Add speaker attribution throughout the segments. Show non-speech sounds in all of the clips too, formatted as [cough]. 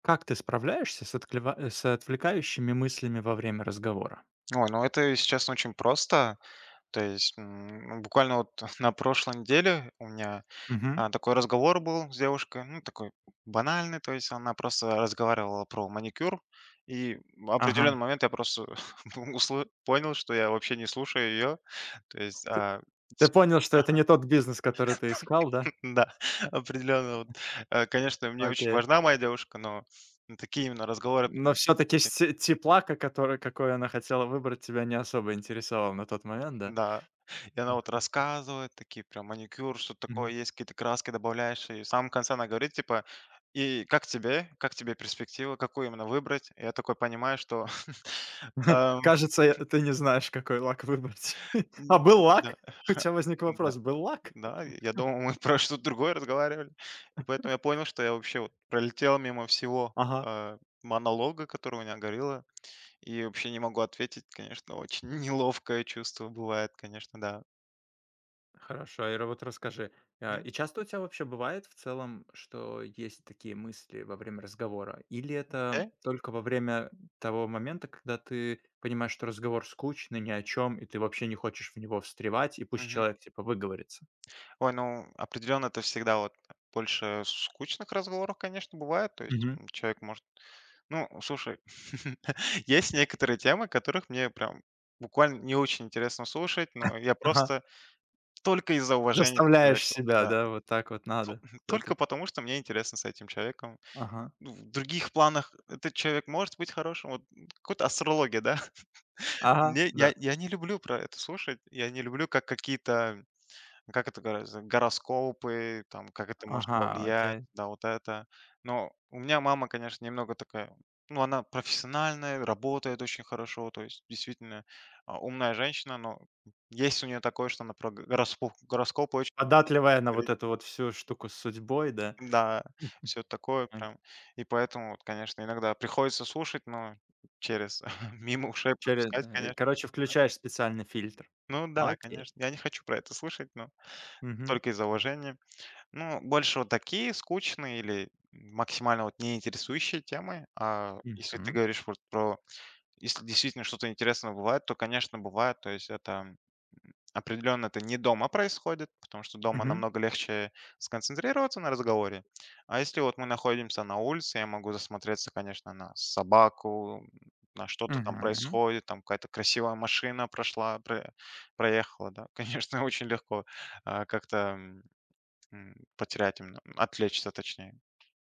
Speaker 1: Как ты справляешься с с отвлекающими мыслями во время разговора?
Speaker 2: Ой, ну это, если честно, очень просто. То есть, ну, буквально вот [laughs] на прошлой неделе у меня
Speaker 1: Мгм.
Speaker 2: такой разговор был с девушкой, ну, такой банальный, то есть она просто разговаривала про маникюр, и в
Speaker 1: Ага.
Speaker 2: определенный момент я просто [laughs] понял, что я вообще не слушаю ее. То есть,
Speaker 1: Ты ты
Speaker 2: [laughs]
Speaker 1: понял, что это не тот бизнес, который ты искал,
Speaker 2: да,
Speaker 1: да?
Speaker 2: [laughs] определенно, вот, конечно, мне очень
Speaker 1: Окей.
Speaker 2: важна моя девушка, но такие именно разговоры
Speaker 1: Но
Speaker 2: прям.
Speaker 1: все таки те теплака, который какой она хотела выбрать, тебя не особо интересовал на тот момент, да?
Speaker 2: Да. И она вот рассказывает, такие прям маникюр, что такое
Speaker 1: Мгм.
Speaker 2: есть, какие-то краски добавляешь. И в самом конце она говорит, типа, и как тебе перспектива, какую именно выбрать? И я такой понимаю, что [laughs]
Speaker 1: [laughs]
Speaker 2: ам,
Speaker 1: Кажется, ты не знаешь, какой лак выбрать. [laughs] А
Speaker 2: м,
Speaker 1: был
Speaker 2: да,
Speaker 1: лак? У
Speaker 2: [laughs]
Speaker 1: тебя возник
Speaker 2: да,
Speaker 1: вопрос: был лак?
Speaker 2: да, я думал, мы [laughs] про что-то другое разговаривали. И поэтому я понял, что я вообще вот пролетел мимо всего
Speaker 1: Ага.
Speaker 2: а, монолога, который у меня горело, и вообще не могу ответить, конечно, очень [laughs] неловкое чувство бывает, конечно, да.
Speaker 1: Хорошо, Ира, вот расскажи.
Speaker 2: Мгм.
Speaker 1: И часто у тебя вообще бывает в целом, что есть такие мысли во время разговора? Или это
Speaker 2: Э?
Speaker 1: только во время того момента, когда ты понимаешь, что разговор скучный, ни о чем, и ты вообще не хочешь в него встревать, и пусть человек типа выговорится?
Speaker 2: Ой, ну, определенно это всегда вот больше скучных разговоров, конечно, бывает. То есть
Speaker 1: Мгм.
Speaker 2: человек может... Ну, слушай, [laughs] есть некоторые темы, которых мне прям буквально не очень интересно слушать, но я
Speaker 1: Ага.
Speaker 2: просто только из-за уважения к
Speaker 1: Заставляешь
Speaker 2: человеку,
Speaker 1: себя,
Speaker 2: да.
Speaker 1: да, вот так вот
Speaker 2: Тол-
Speaker 1: надо
Speaker 2: [laughs] Только
Speaker 1: все-таки.
Speaker 2: потому, что мне интересно с этим человеком.
Speaker 1: Ага.
Speaker 2: Ну, в других планах этот человек может быть хорошим. Вот какой-то астрология, да? [laughs]
Speaker 1: Ага,
Speaker 2: Мне,
Speaker 1: да.
Speaker 2: я не люблю про это слушать, я не люблю, как какие-то как это гороскопы, там, как это может
Speaker 1: Ага,
Speaker 2: повлиять,
Speaker 1: окей.
Speaker 2: да, вот это. Но у меня мама, конечно, немного такая, ну, она профессиональная, работает очень хорошо, то есть действительно, умная женщина, но есть у нее такое, что она про гороспо гороскопы очень
Speaker 1: Податливая на вот
Speaker 2: говорит.
Speaker 1: эту вот всю штуку с судьбой, да?
Speaker 2: Да, все такое
Speaker 1: Мгм.
Speaker 2: прям. И поэтому вот, конечно, иногда приходится слушать, но через [laughs] мимо ушей пропускать, конечно.
Speaker 1: Короче, включаешь специальный фильтр.
Speaker 2: Ну да,
Speaker 1: Окей.
Speaker 2: конечно, я не хочу про это слышать, но
Speaker 1: Мгм.
Speaker 2: только из уважения. Ну, больше вот такие скучные или максимально вот неинтересующие темы. А если ты
Speaker 1: Мгм.
Speaker 2: говоришь вот про, если действительно что-то интересное бывает, то, конечно, бывает. То есть это определенно это не дома происходит, потому что дома
Speaker 1: Мгм.
Speaker 2: намного легче сконцентрироваться на разговоре. А если вот мы находимся на улице, я могу засмотреться, конечно, на собаку, на что-то там
Speaker 1: Мгм.
Speaker 2: происходит, там какая-то красивая машина прошла, проехала, да, [laughs] конечно, очень легко как-то потерять именно, отвлечься точнее.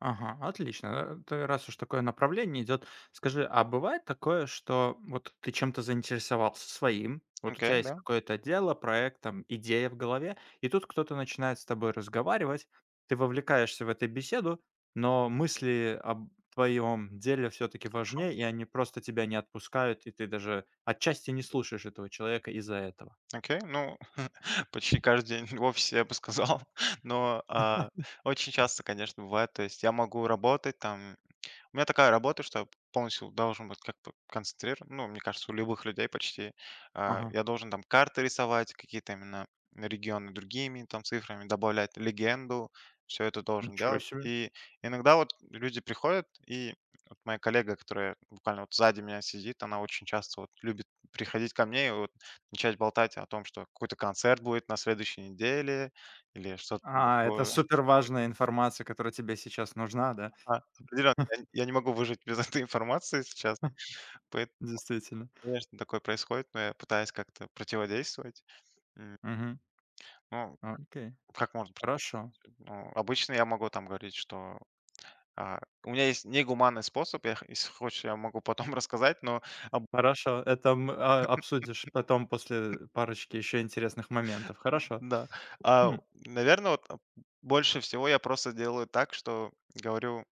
Speaker 1: Ага, отлично. Ты раз уж такое направление идет, скажи, а бывает такое, что вот ты чем-то заинтересовался своим, вот у
Speaker 2: Окей,
Speaker 1: тебя есть
Speaker 2: да,
Speaker 1: какое-то дело, проект, там, идея в голове, и тут кто-то начинает с тобой разговаривать, ты вовлекаешься в эту беседу, но мысли об твоем деле все-таки
Speaker 2: хорошо.
Speaker 1: важнее, и они просто тебя не отпускают, и ты даже отчасти не слушаешь этого человека из-за этого.
Speaker 2: Окей, ну, [laughs] почти каждый день в офисе, я бы сказал. [laughs] Но, очень часто, конечно, бывает. То есть я могу работать там. У меня такая работа, что я полностью должен быть как бы концентрирован. Ну, мне кажется, у любых людей почти. А,
Speaker 1: Ага.
Speaker 2: я должен там карты рисовать, какие-то именно регионы другими там цифрами, добавлять легенду, все это должен
Speaker 1: Ничего
Speaker 2: делать.
Speaker 1: себе.
Speaker 2: И иногда вот люди приходят, и вот моя коллега, которая буквально вот сзади меня сидит, она очень часто вот любит приходить ко мне и вот начать болтать о том, что какой-то концерт будет на следующей неделе или что-то там
Speaker 1: А, это
Speaker 2: другое.
Speaker 1: супер
Speaker 2: [laughs]
Speaker 1: важная информация, которая тебе сейчас нужна, да?
Speaker 2: А, определенно, я не могу выжить без этой информации сейчас.
Speaker 1: Действительно.
Speaker 2: Конечно, такое происходит, но я пытаюсь как-то противодействовать. М,
Speaker 1: Мгм.
Speaker 2: ну,
Speaker 1: Окей.
Speaker 2: как можно?
Speaker 1: Хорошо.
Speaker 2: Ну, обычно я могу там говорить, что а, у меня есть негуманный способ, если хочешь, я могу потом [laughs] рассказать, но, об-
Speaker 1: Хорошо. Обсудишь потом после парочки еще интересных моментов. Хорошо.
Speaker 2: да.
Speaker 1: Хм.
Speaker 2: Наверное, вот больше всего я просто делаю так, что говорю,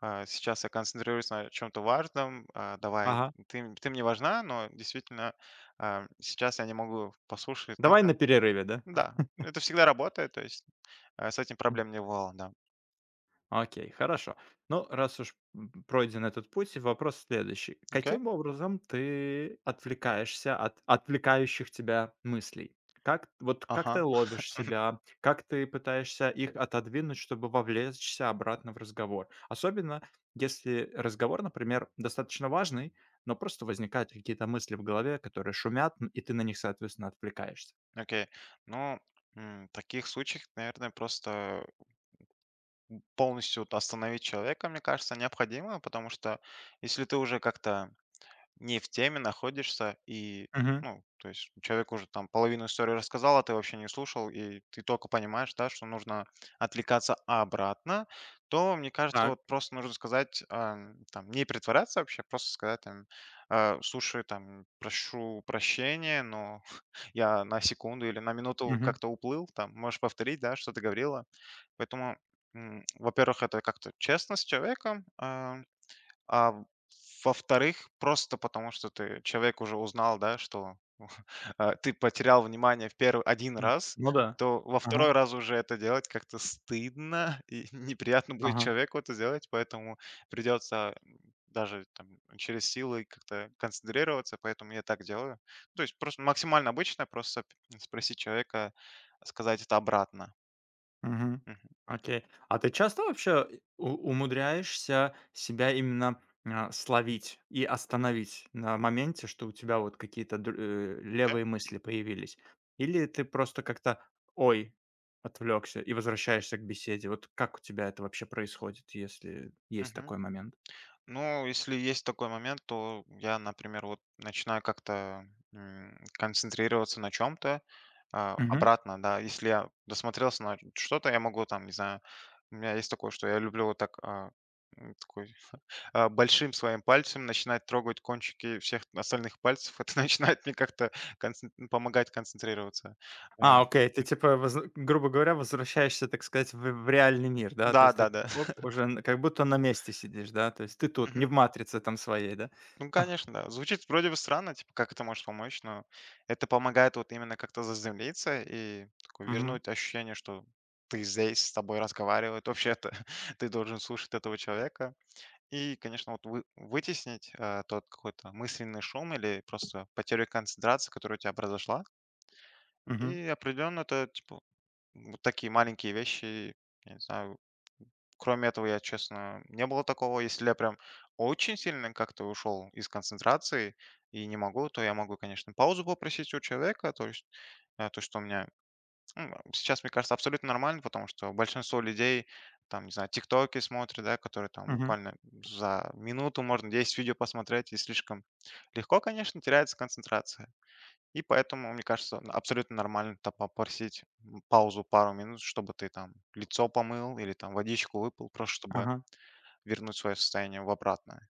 Speaker 2: сейчас я концентрируюсь на чем-то важном, давай,
Speaker 1: Ага.
Speaker 2: ты, ты мне важна, но действительно сейчас я не могу послушать
Speaker 1: Давай на
Speaker 2: это.
Speaker 1: перерыве, да?
Speaker 2: Да, это всегда работает, то есть, с этим проблем
Speaker 1: [laughs]
Speaker 2: не бывало, да.
Speaker 1: Окей, хорошо. Раз уж пройден этот путь, вопрос следующий.
Speaker 2: Окей.
Speaker 1: Каким образом ты отвлекаешься от отвлекающих тебя мыслей? Как, вот как ты
Speaker 2: Ага,
Speaker 1: ловишь себя, как ты пытаешься их отодвинуть, чтобы вовлечься обратно в разговор? Особенно если разговор, например, достаточно важный, но просто возникают какие-то мысли в голове, которые шумят, и ты на них, соответственно, отвлекаешься.
Speaker 2: окей. Ну, в таких случаях, наверное, просто полностью вот остановить человека, мне кажется, необходимо, потому что если ты уже как-то не в теме находишься, и,
Speaker 1: Мгм.
Speaker 2: ну, то есть человек уже там половину истории рассказал, а ты вообще не слушал, и ты только понимаешь, да, что нужно отвлекаться обратно, то, мне кажется,
Speaker 1: Так.
Speaker 2: вот просто нужно сказать, там, не притворяться вообще, просто сказать, там, «А, слушай, там, прошу прощения, но [laughs] я на секунду или на минуту
Speaker 1: Мгм.
Speaker 2: как-то уплыл, там, можешь повторить, да, что ты говорила». Поэтому, во-первых, это как-то честно с человеком, а в во-вторых, просто потому что ты человек уже узнал, да, что, [laughs] ты потерял внимание в первый один
Speaker 1: М.
Speaker 2: раз,
Speaker 1: Ну да.
Speaker 2: то во
Speaker 1: Ага.
Speaker 2: второй раз уже это делать как-то стыдно и [laughs] неприятно будет
Speaker 1: Ага.
Speaker 2: человеку это делать, поэтому придется, даже там через силы как-то концентрироваться, поэтому я так делаю. То есть просто максимально обычно, просто спросить человека, сказать это обратно.
Speaker 1: Мгм.
Speaker 2: Мгм.
Speaker 1: Окей. А ты часто вообще у умудряешься себя именно, словить и остановить на моменте, что у тебя вот какие-то
Speaker 2: Окей.
Speaker 1: левые мысли появились? Или ты просто как-то: "Ой, отвлекся" - и возвращаешься к беседе? Вот как у тебя это вообще происходит, если есть такой момент?
Speaker 2: Ну, если есть такой момент, то я, например, вот начинаю как-то концентрироваться на чем-то, обратно, да, если я досмотрелся на что-то, я могу там, не знаю, у меня есть такое, что я люблю вот так, такой, [laughs] большим своим пальцем начинать трогать кончики всех остальных пальцев, [laughs] это начинает мне как-то помогать концентрироваться. Э,
Speaker 1: А, окей, ты типа, воз грубо говоря, возвращаешься, так сказать, в реальный мир, да? То
Speaker 2: Да,
Speaker 1: есть ты
Speaker 2: да, да.
Speaker 1: такой оп, уже н как будто на месте сидишь, да? То есть ты тут, не в
Speaker 2: [laughs]
Speaker 1: "Матрице" там своей, да?
Speaker 2: Ну,
Speaker 1: А,
Speaker 2: конечно, да. Звучит вроде бы странно, типа, как это может помочь, но это помогает вот именно как-то заземлиться и такое
Speaker 1: мгм,
Speaker 2: вернуть ощущение, что ты здесь, с тобой разговаривают. Вообще это [laughs] ты должен слушать этого человека. И, конечно, вытеснить тот какой-то мысленный шум или просто потерю концентрации, которая у тебя произошла.
Speaker 1: мгм,
Speaker 2: И определенно это, типа, вот такие маленькие вещи, я не знаю, кроме этого, я, честно, не было такого. Если я прям очень сильно как-то ушел из концентрации и не могу, то я могу, конечно, паузу попросить у человека. То есть то, что у меня сейчас, мне кажется, абсолютно нормально, потому что большинство людей, там, не знаю, тиктоки смотрят, да, которые там
Speaker 1: мгм,
Speaker 2: буквально за минуту можно 10 видео посмотреть, и слишком легко, конечно, теряется концентрация. И поэтому, мне кажется, абсолютно нормально там попросить паузу пару минут, чтобы ты там лицо помыл или там водичку выпил, просто чтобы
Speaker 1: ага,
Speaker 2: вернуть свое состояние в обратное.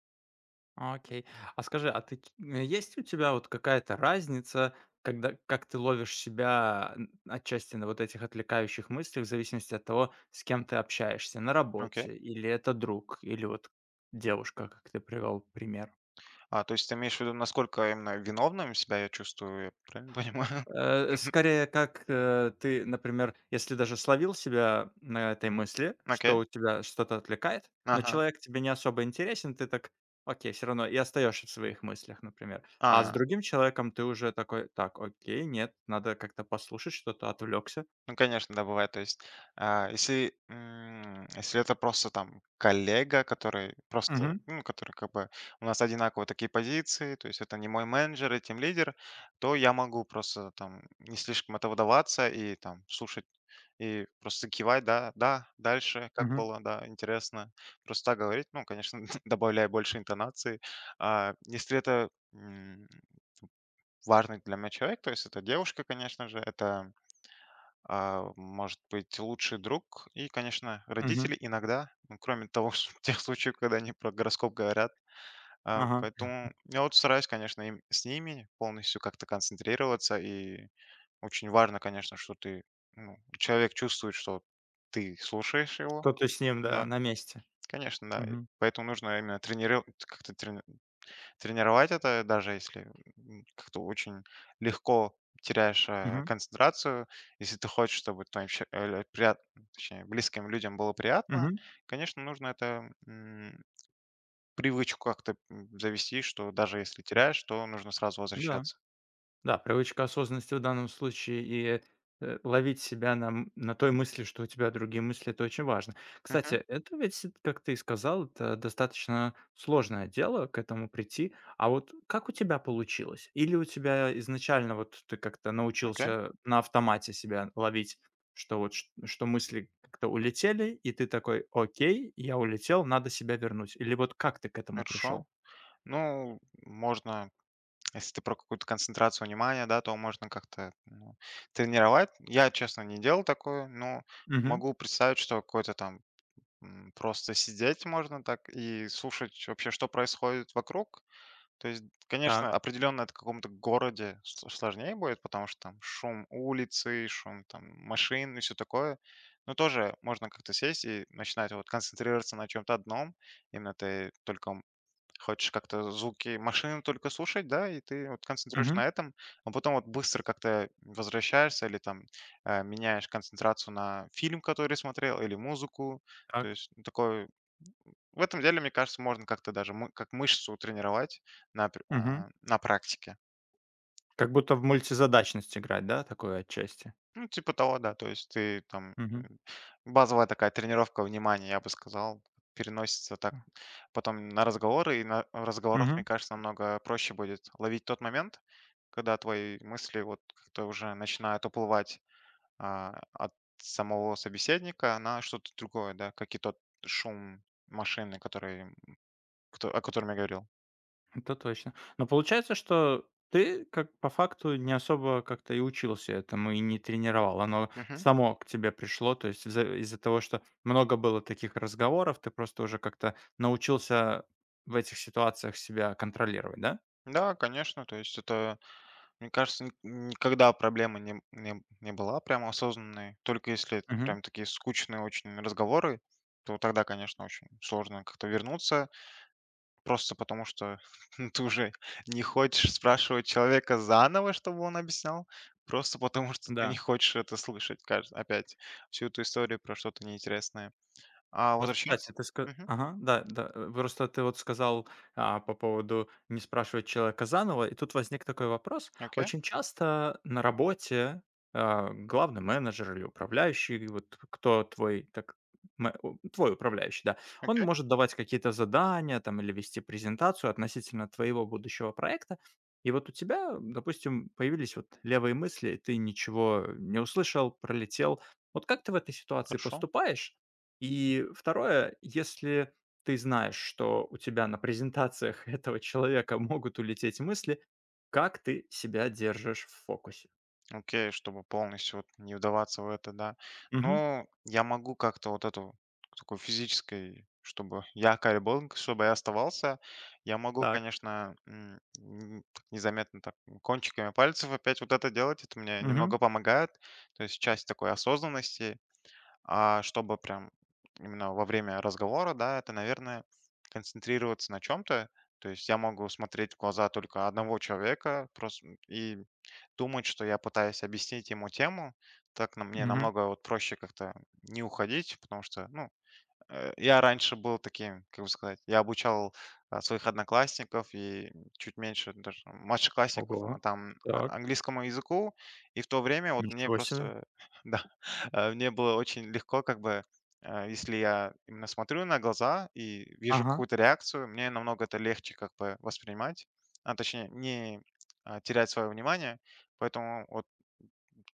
Speaker 1: окей. А скажи, есть у тебя вот какая-то разница, когда как ты ловишь себя, н отчасти на вот этих отвлекающих мыслях в зависимости от того, с кем ты общаешься? На
Speaker 2: Окей.
Speaker 1: работе или это друг, или вот девушка, как ты привел пример?
Speaker 2: А, то есть ты имеешь в виду, насколько именно виновным себя я чувствую, я правильно понимаю? [laughs]
Speaker 1: Скорее, как, ты, например, если даже словил себя на этой мысли,
Speaker 2: Окей.
Speaker 1: что у тебя что-то отвлекает, но
Speaker 2: Ага.
Speaker 1: человек тебе не особо интересен, ты так: "Окей", все равно и остаешься в своих мыслях, например. А с
Speaker 2: А.
Speaker 1: другим человеком ты уже такой: "Так, окей, нет, надо как-то послушать, что-то отвлекся".
Speaker 2: Ну, конечно, да, бывает. То есть, если, если это просто там коллега, который
Speaker 1: Угу,
Speaker 2: просто, ну, который как бы у нас одинаково такие позиции, то есть это не мой менеджер и тим лидер, то я могу просто там не слишком этого даваться и там слушать и просто кивать, да, да, дальше, как
Speaker 1: угу,
Speaker 2: было, да, интересно. Просто так говорить, ну, конечно, [laughs] добавляя больше интонации. А, если это важный для меня человек, то есть это девушка, конечно же, это может быть, лучший друг и, конечно,
Speaker 1: угу,
Speaker 2: родители иногда, ну, кроме того, [laughs] что тех случаев, когда они про гороскоп говорят. А,
Speaker 1: ага.
Speaker 2: поэтому я вот стараюсь, конечно, им, с ними полностью как-то концентрироваться. И очень важно, конечно, что ты, ну, человек чувствует, что ты слушаешь его.
Speaker 1: Что ты с ним, да,
Speaker 2: Да,
Speaker 1: на месте.
Speaker 2: конечно, да. И
Speaker 1: Угу,
Speaker 2: поэтому нужно именно тренировать, как-то тренировать это, даже если как-то очень легко теряешь
Speaker 1: угу,
Speaker 2: концентрацию, если ты хочешь, чтобы твоим точнее, близким людям было приятно,
Speaker 1: угу,
Speaker 2: конечно, нужно это привычку как-то завести, что даже если теряешь, то нужно сразу
Speaker 1: да.
Speaker 2: возвращаться.
Speaker 1: Да, привычка осознанности в данном случае и ловить себя на, на той мысли, что у тебя другие мысли, это очень важно. Кстати,
Speaker 2: Мгм.
Speaker 1: это ведь, как ты и сказал, это достаточно сложное дело к этому прийти. А вот как у тебя получилось? Или у тебя изначально вот ты как-то
Speaker 2: Окей,
Speaker 1: научился на автомате себя ловить, что вот что мысли как-то улетели, и ты такой, окей, я улетел, надо себя вернуть. Или вот как ты к этому
Speaker 2: хорошо.
Speaker 1: пришел?
Speaker 2: Ну, можно, если ты про какую-то концентрацию внимания, да, то можно как-то ну, тренировать. Я, честно, не делал такое, но
Speaker 1: Угу.
Speaker 2: могу представить, что какой-то там просто сидеть можно так и слушать вообще, что происходит вокруг. То есть, конечно,
Speaker 1: Так.
Speaker 2: определенно это в каком-то городе сложнее будет, потому что там шум улицы, шум там машин и все такое. Но тоже можно как-то сесть и начинать вот концентрироваться на чем-то одном. Именно ты только хочешь как-то звуки машины только слушать, да, и ты вот концентрируешь
Speaker 1: Угу.
Speaker 2: на этом, а потом вот быстро как-то возвращаешься или там меняешь концентрацию на фильм, который смотрел, или музыку. То
Speaker 1: Так.
Speaker 2: есть ну, такой... В этом деле, мне кажется, можно как-то даже как мышцу тренировать на,
Speaker 1: Угу.
Speaker 2: на практике.
Speaker 1: Как будто в мультизадачность играть, да, такое отчасти?
Speaker 2: Ну, типа того, да. То есть ты там
Speaker 1: Мгм.
Speaker 2: базовая такая тренировка внимания, я бы сказал, переносится так
Speaker 1: М.
Speaker 2: потом на разговоры, и на разговорах, мне
Speaker 1: Мгм.
Speaker 2: кажется, намного проще будет ловить тот момент, когда твои мысли вот как-то уже начинают уплывать от самого собеседника на что-то другое, да, как и тот шум машины, который, о котором я говорил.
Speaker 1: Это точно. Но получается, что ты, как по факту, не особо как-то и учился этому, и не тренировал. Оно
Speaker 2: Мгм.
Speaker 1: само к тебе пришло. То есть из-за того, что много было таких разговоров, ты просто уже как-то научился в этих ситуациях себя контролировать, да?
Speaker 2: Да, конечно, то есть это, мне кажется, никогда проблема не была прям осознанной. Только если это
Speaker 1: Мгм.
Speaker 2: прям такие скучные очень разговоры, то тогда, конечно, очень сложно как-то вернуться, просто потому что [laughs] ты уже не хочешь спрашивать человека заново, чтобы он объяснял, просто потому что ты не
Speaker 1: Да.
Speaker 2: хочешь это слышать опять, всю эту историю про что-то неинтересное. А
Speaker 1: Вот,
Speaker 2: возвращаться?
Speaker 1: кстати, ты ска
Speaker 2: Мгм.
Speaker 1: ага, да, да. Просто ты вот сказал, по поводу не спрашивать человека заново, и тут возник такой вопрос.
Speaker 2: Окей,
Speaker 1: Очень часто на работе, главный менеджер или управляющий, вот кто твой, так, мэ у твой управляющий, да, он
Speaker 2: окей,
Speaker 1: может давать какие-то задания там или вести презентацию относительно твоего будущего проекта. И вот у тебя, допустим, появились вот левые мысли, ты ничего не услышал, пролетел. Вот как ты в этой ситуации
Speaker 2: хорошо.
Speaker 1: поступаешь? И второе, если ты знаешь, что у тебя на презентациях [laughs] этого человека могут улететь мысли, как ты себя держишь в фокусе?
Speaker 2: Окей, чтобы полностью вот не вдаваться в это, да.
Speaker 1: Мгм.
Speaker 2: Ну, я могу как-то вот эту такой физической, чтобы я кайбонг, чтобы я оставался, я могу,
Speaker 1: Так.
Speaker 2: конечно, так незаметно так кончиками пальцев опять вот это делать, это мне
Speaker 1: Мгм.
Speaker 2: немного помогает, то есть часть такой осознанности, а чтобы прям именно во время разговора, да, это, наверное, концентрироваться на чем-то. То есть я могу смотреть в глаза только одного человека просто и думать, что я пытаюсь объяснить ему тему. Так на мне
Speaker 1: Мгм.
Speaker 2: намного вот проще как-то не уходить, потому что, ну, я раньше был таким, как бы сказать, я обучал, своих одноклассников и чуть меньше даже младшеклассников,
Speaker 1: Ого.
Speaker 2: там,
Speaker 1: Так.
Speaker 2: английскому языку. И в то время вот мне
Speaker 1: Ничего себе.
Speaker 2: просто, [laughs] да, мне было очень легко как бы, если я именно смотрю на глаза и вижу
Speaker 1: Ага.
Speaker 2: какую-то реакцию, мне намного это легче как бы воспринимать, точнее не, терять свое внимание. Поэтому вот,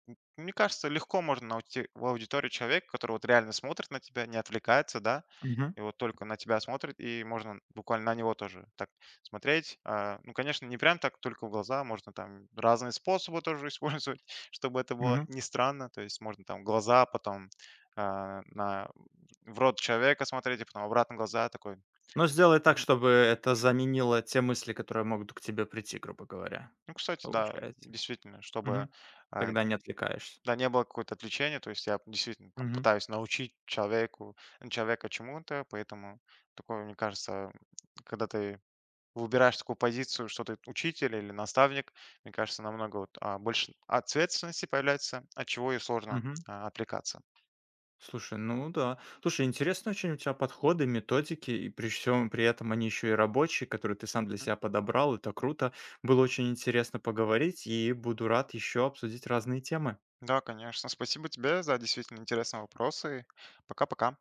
Speaker 2: мне кажется, легко можно найти в аудитории человека, который вот реально смотрит на тебя, не отвлекается, да.
Speaker 1: Мгм.
Speaker 2: И вот только на тебя смотрит, и можно буквально на него тоже так смотреть. А, ну, конечно, не прям так только в глаза, можно там разные способы тоже использовать, [laughs] чтобы это было
Speaker 1: Мгм.
Speaker 2: не странно. То есть можно там глаза, потом на в рот человека смотреть, и потом обратно глаза такой.
Speaker 1: Но сделай так,
Speaker 2: Мгм.
Speaker 1: чтобы это заменило те мысли, которые могут к тебе прийти, грубо говоря.
Speaker 2: Ну, кстати, да,
Speaker 1: Получается.
Speaker 2: действительно, чтобы
Speaker 1: Мгм.
Speaker 2: а,
Speaker 1: Тогда не отвлекаешься.
Speaker 2: да, не было какое-то отвлечение, то есть я действительно там
Speaker 1: Мгм.
Speaker 2: пытаюсь научить человека чему-то, поэтому такое, мне кажется, когда ты выбираешь такую позицию, что ты учитель или наставник, мне кажется, намного вот, больше ответственности появляется, от чего и сложно
Speaker 1: Мгм.
Speaker 2: отвлекаться.
Speaker 1: Слушай, ну да. Слушай, интересно очень у тебя подходы, методики, и при всем при этом они еще и рабочие, которые ты сам для
Speaker 2: М,
Speaker 1: себя подобрал. Это круто. Было очень интересно поговорить, и буду рад еще обсудить разные темы.
Speaker 2: Да, конечно. Спасибо тебе за действительно интересные вопросы. Пока-пока.